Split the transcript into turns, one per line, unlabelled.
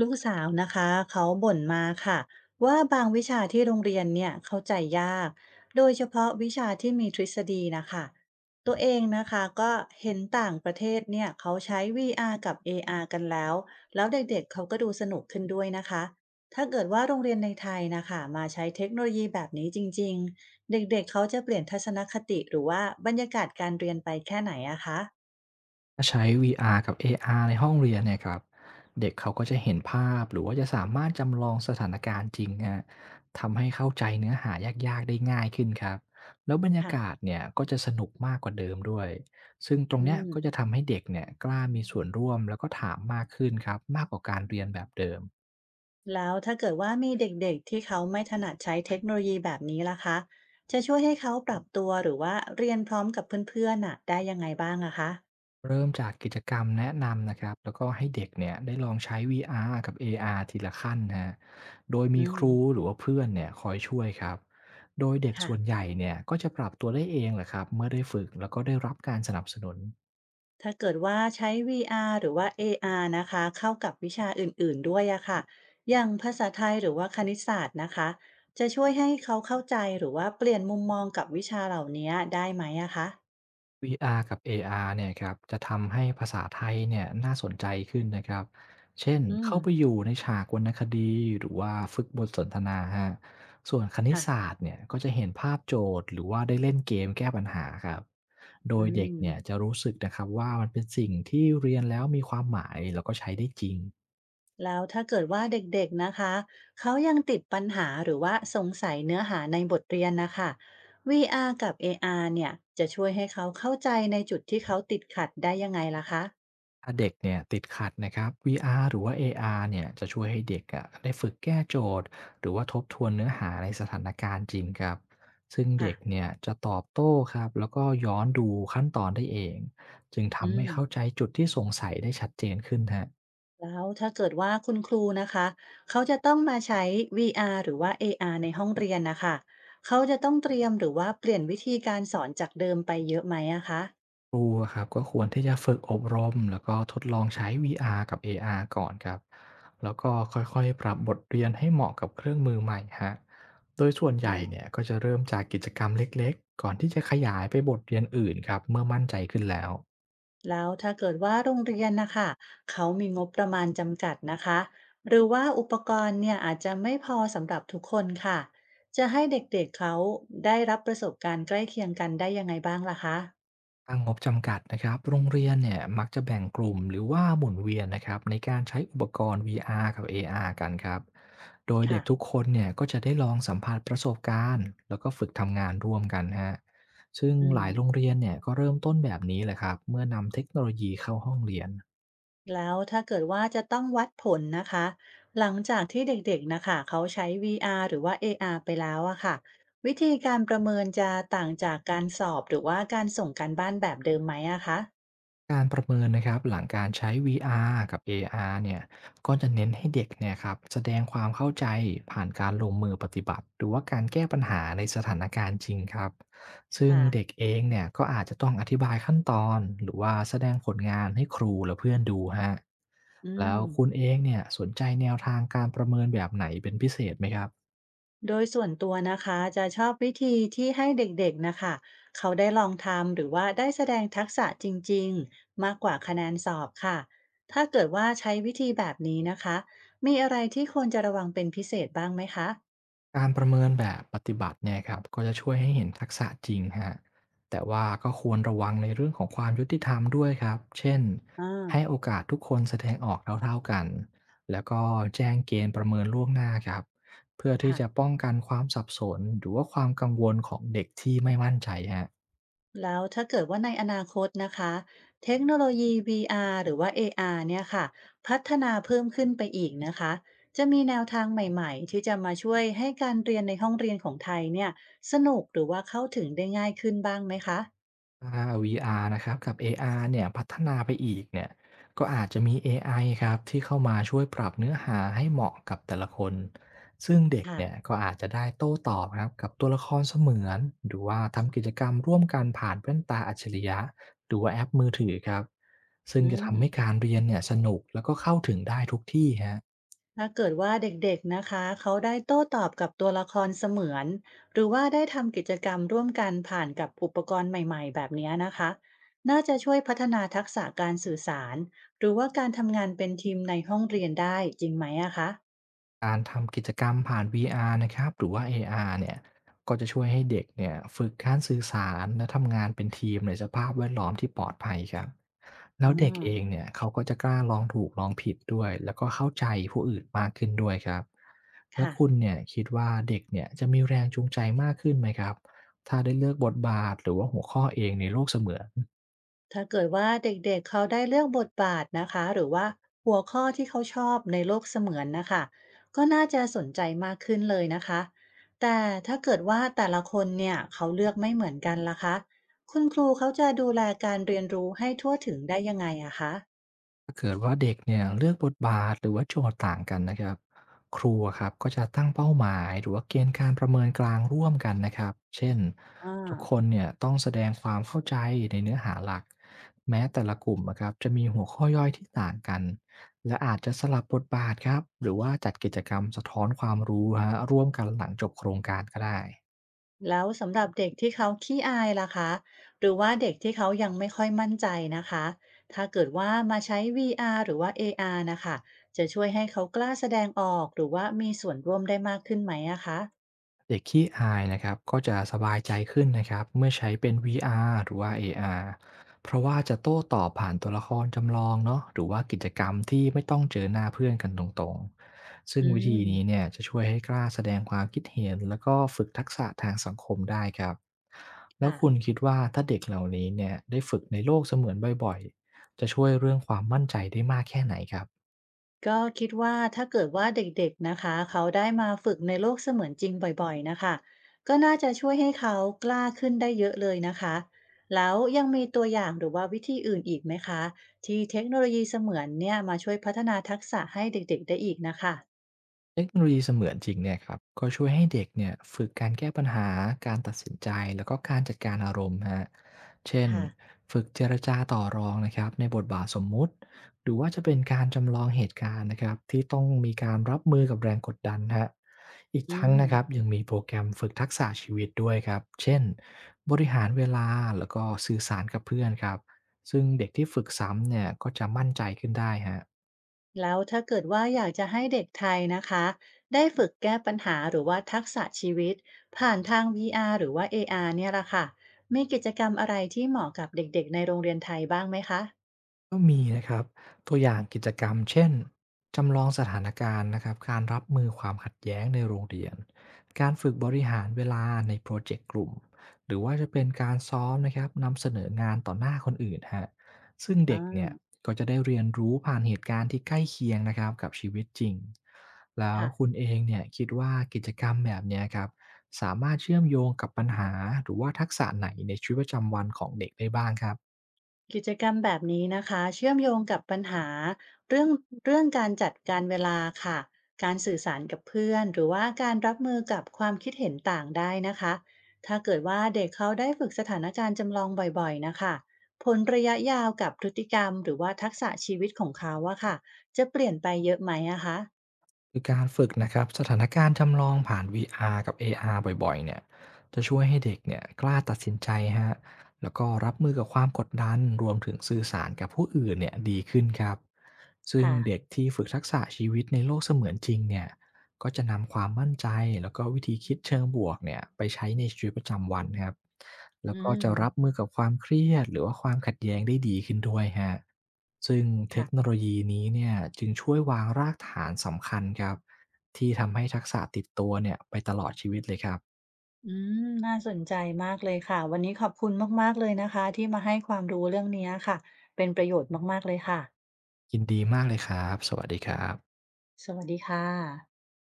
ลูกสาวนะคะเขาบ่นมาค่ะว่าบางวิชาที่โรงเรียนเนี่ยเข้าใจยากโดยเฉพาะวิชาที่มีทฤษฎีนะคะตัวเองนะคะก็เห็นต่างประเทศเนี่ยเขาใช้ VR กับ AR กันแล้วแล้วเด็กๆเขาก็ดูสนุกขึ้นด้วยนะคะถ้าเกิดว่าโรงเรียนในไทยนะคะมาใช้เทคโนโลยีแบบนี้จริงๆเด็กๆเขาจะเปลี่ยนทัศนคติหรือว่าบรรยากาศการเรียนไปแค่ไหนอะคะ
ถ้าใช้ VR กับ AR ในห้องเรียนเนี่ยครับเด็กเขาก็จะเห็นภาพหรือว่าจะสามารถจำลองสถานการณ์จริงฮะทำให้เข้าใจเนื้อหายากๆได้ง่ายขึ้นครับแล้วบรรยากา
ค่ะ
ศเนี่ยก็จะสนุกมากกว่าเดิมด้วยซึ่งตรง
อื
เนี้ยก็จะ
ม
ทำให้เด็กเนี่ยกล้ามีส่วนร่วมแล้วก็ถามมากขึ้นครับมากกว่าการเรียนแบบเดิม
แล้วถ้าเกิดว่ามีเด็กๆที่เขาไม่ถนัดใช้เทคโนโลยีแบบนี้ล่ะคะจะช่วยให้เขาปรับตัวหรือว่าเรียนพร้อมกับเพื่อนๆน่ะได้ยังไงบ้างอะคะ
เริ่มจากกิจกรรมแนะนำนะครับแล้วก็ให้เด็กเนี่ยได้ลองใช้ VR กับ AR ทีละขั้นนะฮะโดย
อื
มีค
ม
รูหรือว่าเพื่อนเนี่ยคอยช่วยครับ โดยเด็กส่วน
ค่ะ
ใหญ่เนี่ยก็จะปรับตัวได้เองแหละครับเมื่อได้ฝึกแล้วก็ได้รับการสนับสนุน
ถ้าเกิดว่าใช้ VR หรือว่า AR นะคะเข้ากับวิชาอื่นๆด้วยอะค่ะอย่างภาษาไทยหรือว่าคณิตศาสตร์นะคะจะช่วยให้เขาเข้าใจหรือว่าเปลี่ยนมุมมองกับวิชาเหล่านี้ได้ไหมอะคะ
VR กับ AR เนี่ยครับจะทำให้ภาษาไทยเนี่ยน่าสนใจขึ้นนะครับเช่น
อืม
เข้าไปอยู่ในฉากวรรณคดีหรือว่าฝึกบทสนทนาฮะส่วนคณิต
ค่ะ
ศาสตร์เนี่ยก็จะเห็นภาพโจทย์หรือว่าได้เล่นเกมแก้ปัญหาครับโด
อื
ยเด็ก
ม
เนี่ยจะรู้สึกนะครับว่ามันเป็นสิ่งที่เรียนแล้วมีความหมายแล้วก็ใช้ได้จริง
แล้วถ้าเกิดว่าเด็กๆ นะคะเขายังติดปัญหาหรือว่าสงสัยเนื้อหาในบทเรียนนะคะ VR กับ AR เนี่ยจะช่วยให้เขาเข้าใจในจุดที่เขาติดขัดได้ยังไงล่ะคะ
ถ้าเด็กเนี่ยติดขัดนะครับ VR หรือว่า AR เนี่ยจะช่วยให้เด็กอะได้ฝึกแก้โจทย์หรือว่าทบทวนเนื้อหาในสถานการณ์จริงครับซึ่ง
ค่ะ
เด็กเนี่ยจะตอบโต้ครับแล้วก็ย้อนดูขั้นตอนได้เองจึง
อื
ทำให้
ม
เข้าใจจุดที่สงสัยได้ชัดเจนขึ้นฮะ
แล้วถ้าเกิดว่าคุณครูนะคะเขาจะต้องมาใช้ VR หรือว่า AR ในห้องเรียนนะคะเขาจะต้องเตรียมหรือว่าเปลี่ยนวิธีการสอนจากเดิมไปเยอะไหมอะคะ
ครูอะครับก็ควรที่จะฝึกอบรมแล้วก็ทดลองใช้ VR กับ AR ก่อนครับแล้วก็ค่อยๆปรับบทเรียนให้เหมาะกับเครื่องมือใหม่ครับโดยส่วนให
อ๋อ
ญ่เนี่ยก็จะเริ่มจากกิจกรรมเล็กๆ ก่อนที่จะขยายไปบทเรียนอื่นครับเมื่อมั่นใจขึ้นแล้ว
แล้วถ้าเกิดว่าโรงเรียนนะคะเขามีงบประมาณจำกัดนะคะหรือว่าอุปกรณ์เนี่ยอาจจะไม่พอสำหรับทุกคนค่ะจะให้เด็กๆเขาได้รับประสบการณ์ใกล้เคียงกันได้ยังไงบ้างล่ะคะ
ถ้างบจำกัดนะครับโรงเรียนเนี่ยมักจะแบ่งกลุ่มหรือว่าหมุนเวียนนะครับในการใช้อุปกรณ์ VR กับ AR กันครับ โดยเด็
ค่ะ
กทุกคนเนี่ยก็จะได้ลองสัมผัสประสบการณ์แล้วก็ฝึกทำงานร่วมกันฮะซึ่ง
อื
ห
ม
ลายโรงเรียนเนี่ยก็เริ่มต้นแบบนี้แหละครับเมื่อนำเทคโนโลยีเข้าห้องเรียน
แล้วถ้าเกิดว่าจะต้องวัดผลนะคะหลังจากที่เด็กๆนะคะเขาใช้ VR หรือว่า AR ไปแล้วอะค่ะวิธีการประเมินจะต่างจากการสอบหรือว่าการส่งการบ้านแบบเดิมไหมอะคะ
การประเมินนะครับหลังการใช้ VR กับ AR เนี่ยก็จะเน้นให้เด็กเนี่ยครับแสดงความเข้าใจผ่านการลงมือปฏิบัติหรือว่าการแก้ปัญหาในสถานการณ์จริงครับซึ่งเด็ก
ค่ะ
เองเนี่ยก็อาจจะต้องอธิบายขั้นตอนหรือว่าแสดงผลงานให้ครูและเพื่อนดูฮะ
อื
แล้
ม
วคุณเองเนี่ยสนใจแนวทางการประเมินแบบไหนเป็นพิเศษไหมครับ
โดยส่วนตัวนะคะจะชอบวิธีที่ให้เด็กๆนะคะเขาได้ลองทำหรือว่าได้แสดงทักษะจริงๆมากกว่าคะแนนสอบค่ะถ้าเกิดว่าใช้วิธีแบบนี้นะคะมีอะไรที่ควรจะระวังเป็นพิเศษบ้างไหมคะ
การประเมินแบบปฏิบัติเนี่ยครับก็จะช่วยให้เห็นทักษะจริงฮะแต่ว่าก็ควรระวังในเรื่องของความยุติธรรมด้วยครับเช่น
อ่า
ให้โอกาสทุกคนแสดงออกเท่าๆกันแล้วก็แจ้งเกณฑ์ประเมินล่วงหน้าครับเพื่อที่
ค่ะ
จะป้องกันความสับสนหรือว่าความกังวลของเด็กที่ไม่มั่นใจฮะ
แล้วถ้าเกิดว่าในอนาคตนะคะเทคโนโลยี VR หรือว่า AR เนี่ยค่ะพัฒนาเพิ่มขึ้นไปอีกนะคะจะมีแนวทางใหม่ๆที่จะมาช่วยให้การเรียนในห้องเรียนของไทยเนี่ยสนุกหรือว่าเข้าถึงได้ง่ายขึ้นบ้างไหมคะ
ถ้า VR นะครับกับ AR เนี่ยพัฒนาไปอีกเนี่ยก็อาจจะมี AI ครับที่เข้ามาช่วยปรับเนื้อหาให้เหมาะกับแต่ละคนซึ่งเด็กเนี่ย
ค่ะ
ก็อาจจะได้โต้ตอบครับกับตัวละครเสมือนหรือว่าทำกิจกรรมร่วมกันผ่านแว่นตาอัจฉริยะหรือว่าแอปมือถือครับซึ่ง
อื
จะ
ม
ทำให้การเรียนเนี่ยสนุกแล้วก็เข้าถึงได้ทุกที่ฮะ
ถ้าเกิดว่าเด็กๆนะคะเขาได้โต้ตอบกับตัวละครเสมือนหรือว่าได้ทำกิจกรรมร่วมกันผ่านกับอุปกรณ์ใหม่ๆแบบเนี้ยนะคะน่าจะช่วยพัฒนาทักษะการสื่อสารหรือว่าการทำงานเป็นทีมในห้องเรียนได้จริงไหมอะคะ
การทำกิจกรรมผ่าน VR นะครับหรือว่า AR เนี่ยก็จะช่วยให้เด็กเนี่ยฝึกการสื่อสารและทำงานเป็นทีมในสภาพแวดล้อมที่ปลอดภัยครับแล้
อ๋อ
วเด็กเองเนี่ยเขาก็จะกล้าลองถูกลองผิดด้วยแล้วก็เข้าใจผู้อื่นมากขึ้นด้วยครับแล้ว
ค่ะ
คุณเนี่ยคิดว่าเด็กเนี่ยจะมีแรงจูงใจมากขึ้นไหมครับถ้าได้เลือกบทบาทหรือว่าหัวข้อเองในโลกเสมือน
ถ้าเกิดว่าเด็กๆเขาได้เลือกบทบาทนะคะหรือว่าหัวข้อที่เขาชอบในโลกเสมือนนะคะก็น่าจะสนใจมากขึ้นเลยนะคะแต่ถ้าเกิดว่าแต่ละคนเนี่ยเขาเลือกไม่เหมือนกันล่ะคะคุณครูเขาจะดูแลการเรียนรู้ให้ทั่วถึงได้ยังไงอะคะ
ถ้าเกิดว่าเด็กเนี่ยเลือกบทบาทหรือว่าโจทย์ต่างกันนะครับครูอะครับก็จะตั้งเป้าหมายหรือว่าเกณฑ์การประเมินกลางร่วมกันนะครับเช่น
อ่
ทุกค
า
นเนี่ยต้องแสดงความเข้าใจในเนื้อหาหลักแม้แต่ละกลุ่มนะครับจะมีหัวข้อย่อยที่ต่างกันและอาจจะสลับบทบาทครับหรือว่าจัดกิจกรรมสะท้อนความรู้ฮะร่วมกันหลังจบโครงการก็ได้
แล้วสำหรับเด็กที่เขาขี้อายล่ะคะหรือว่าเด็กที่เขายังไม่ค่อยมั่นใจนะคะถ้าเกิดว่ามาใช้ VR หรือว่า AR นะคะจะช่วยให้เขากล้าแสดงออกหรือว่ามีส่วนร่วมได้มากขึ้นไหมอะคะ
เด็กขี้อายนะครับก็จะสบายใจขึ้นนะครับเมื่อใช้เป็น VR หรือว่า AR เพราะว่าจะโต้ตอบผ่านตัวละครจำลองเนาะหรือว่ากิจกรรมที่ไม่ต้องเจอหน้าเพื่อนกันตรงๆซึ่ง
อื
วิธี
ม
นี้เนี่ยจะช่วยให้กล้าแสดงความคิดเห็นแล้วก็ฝึกทักษะทางสังคมได้ครับแล้ว
ค่ะ
คุณคิดว่าถ้าเด็กเหล่านี้เนี่ยได้ฝึกในโลกเสมือนบ่อยๆ จะช่วยเรื่องความมั่นใจได้มากแค่ไหนครับ
ก็คิดว่าถ้าเกิดว่าเด็กๆนะคะเขาได้มาฝึกในโลกเสมือนจริงบ่อยๆนะคะก็น่าจะช่วยให้เขากล้าขึ้นได้เยอะเลยนะคะแล้วยังมีตัวอย่างหรือว่าวิธีอื่นอีกไหมคะที่เทคโนโลยีเสมือนเนี่ยมาช่วยพัฒนาทักษะให้เด็กๆได้อีกนะคะ
เทคโนโลยีเสมือนจริงเนี่ยครับก็ช่วยให้เด็กเนี่ยฝึกการแก้ปัญหาการตัดสินใจแล้วก็การจัดการอารมณ์ฮะเช่น
ค่ะ
ฝึกเจรจาต่อรองนะครับในบทบาทสมมุติหรือว่าจะเป็นการจำลองเหตุการณ์นะครับที่ต้องมีการรับมือกับแรงกดดันฮะอีก
อื
ทั้ง
ม
นะครับยังมีโปรแกรมฝึกทักษะชีวิตด้วยครับเช่นบริหารเวลาแล้วก็สื่อสารกับเพื่อนครับซึ่งเด็กที่ฝึกซ้ำเนี่ยก็จะมั่นใจขึ้นได้ฮะ
แล้วถ้าเกิดว่าอยากจะให้เด็กไทยนะคะได้ฝึกแก้ปัญหาหรือว่าทักษะชีวิตผ่านทาง VR หรือว่า AR เนี่ยละค่ะมีกิจกรรมอะไรที่เหมาะกับเด็กๆในโรงเรียนไทยบ้างไหมคะ
ก็มีนะครับตัวอย่างกิจกรรมเช่นจำลองสถานการณ์นะครับการรับมือความขัดแย้งในโรงเรียนการฝึกบริหารเวลาในโปรเจกต์กลุ่มหรือว่าจะเป็นการซ้อมนะครับนำเสนองานต่อหน้าคนอื่นฮะซึ่ง
อา
เด็กเนี่ยก็จะได้เรียนรู้ผ่านเหตุการณ์ที่ใกล้เคียงนะครับกับชีวิตจริงแล้ว
ค่ะ
คุณเองเนี่ยคิดว่ากิจกรรมแบบเนี้ยครับสามารถเชื่อมโยงกับปัญหาหรือว่าทักษะไหนในชีวิตประจำวันของเด็กได้บ้างครับ
กิจกรรมแบบนี้นะคะเชื่อมโยงกับปัญหาเรื่องเรื่องการจัดการเวลาค่ะการสื่อสารกับเพื่อนหรือว่าการรับมือกับความคิดเห็นต่างได้นะคะถ้าเกิดว่าเด็กเขาได้ฝึกสถานการณ์จำลองบ่อยๆนะคะผลระยะยาวกับพฤติกรรมหรือว่าทักษะชีวิตของเขาอะค่ะจะเปลี่ยนไปเยอะไหมอะคะ
คือการฝึกนะครับสถานการณ์จำลองผ่าน VR กับ AR บ่อยๆเนี่ยจะช่วยให้เด็กเนี่ยกล้าตัดสินใจฮะแล้วก็รับมือกับความกดดันรวมถึงสื่อสารกับผู้อื่นเนี่ยดีขึ้นครับซึ่ง
ค่ะ
เด็กที่ฝึกทักษะชีวิตในโลกเสมือนจริงเนี่ยก็จะนำความมั่นใจแล้วก็วิธีคิดเชิงบวกเนี่ยไปใช้ในชีวิตประจำวันครับแล้
อื
วก็
ม
จะรับมือกับความเครียดหรือว่าความขัดแย้งได้ดีขึ้นด้วยฮะ ซึ่งเท
ค่ะ
คโนโลยีนี้เนี่ยจึงช่วยวางรากฐานสำคัญครับที่ทำให้ทักษะติดตัวเนี่ยไปตลอดชีวิตเลยครับ
อืมน่าสนใจมากเลยค่ะวันนี้ขอบคุณมากๆเลยนะคะที่มาให้ความรู้เรื่องนี้ค่ะเป็นประโยชน์มากๆเลยค่ะ
ยินดีมากเลยครับสวัสดีครับ
สวัสดีค่ะ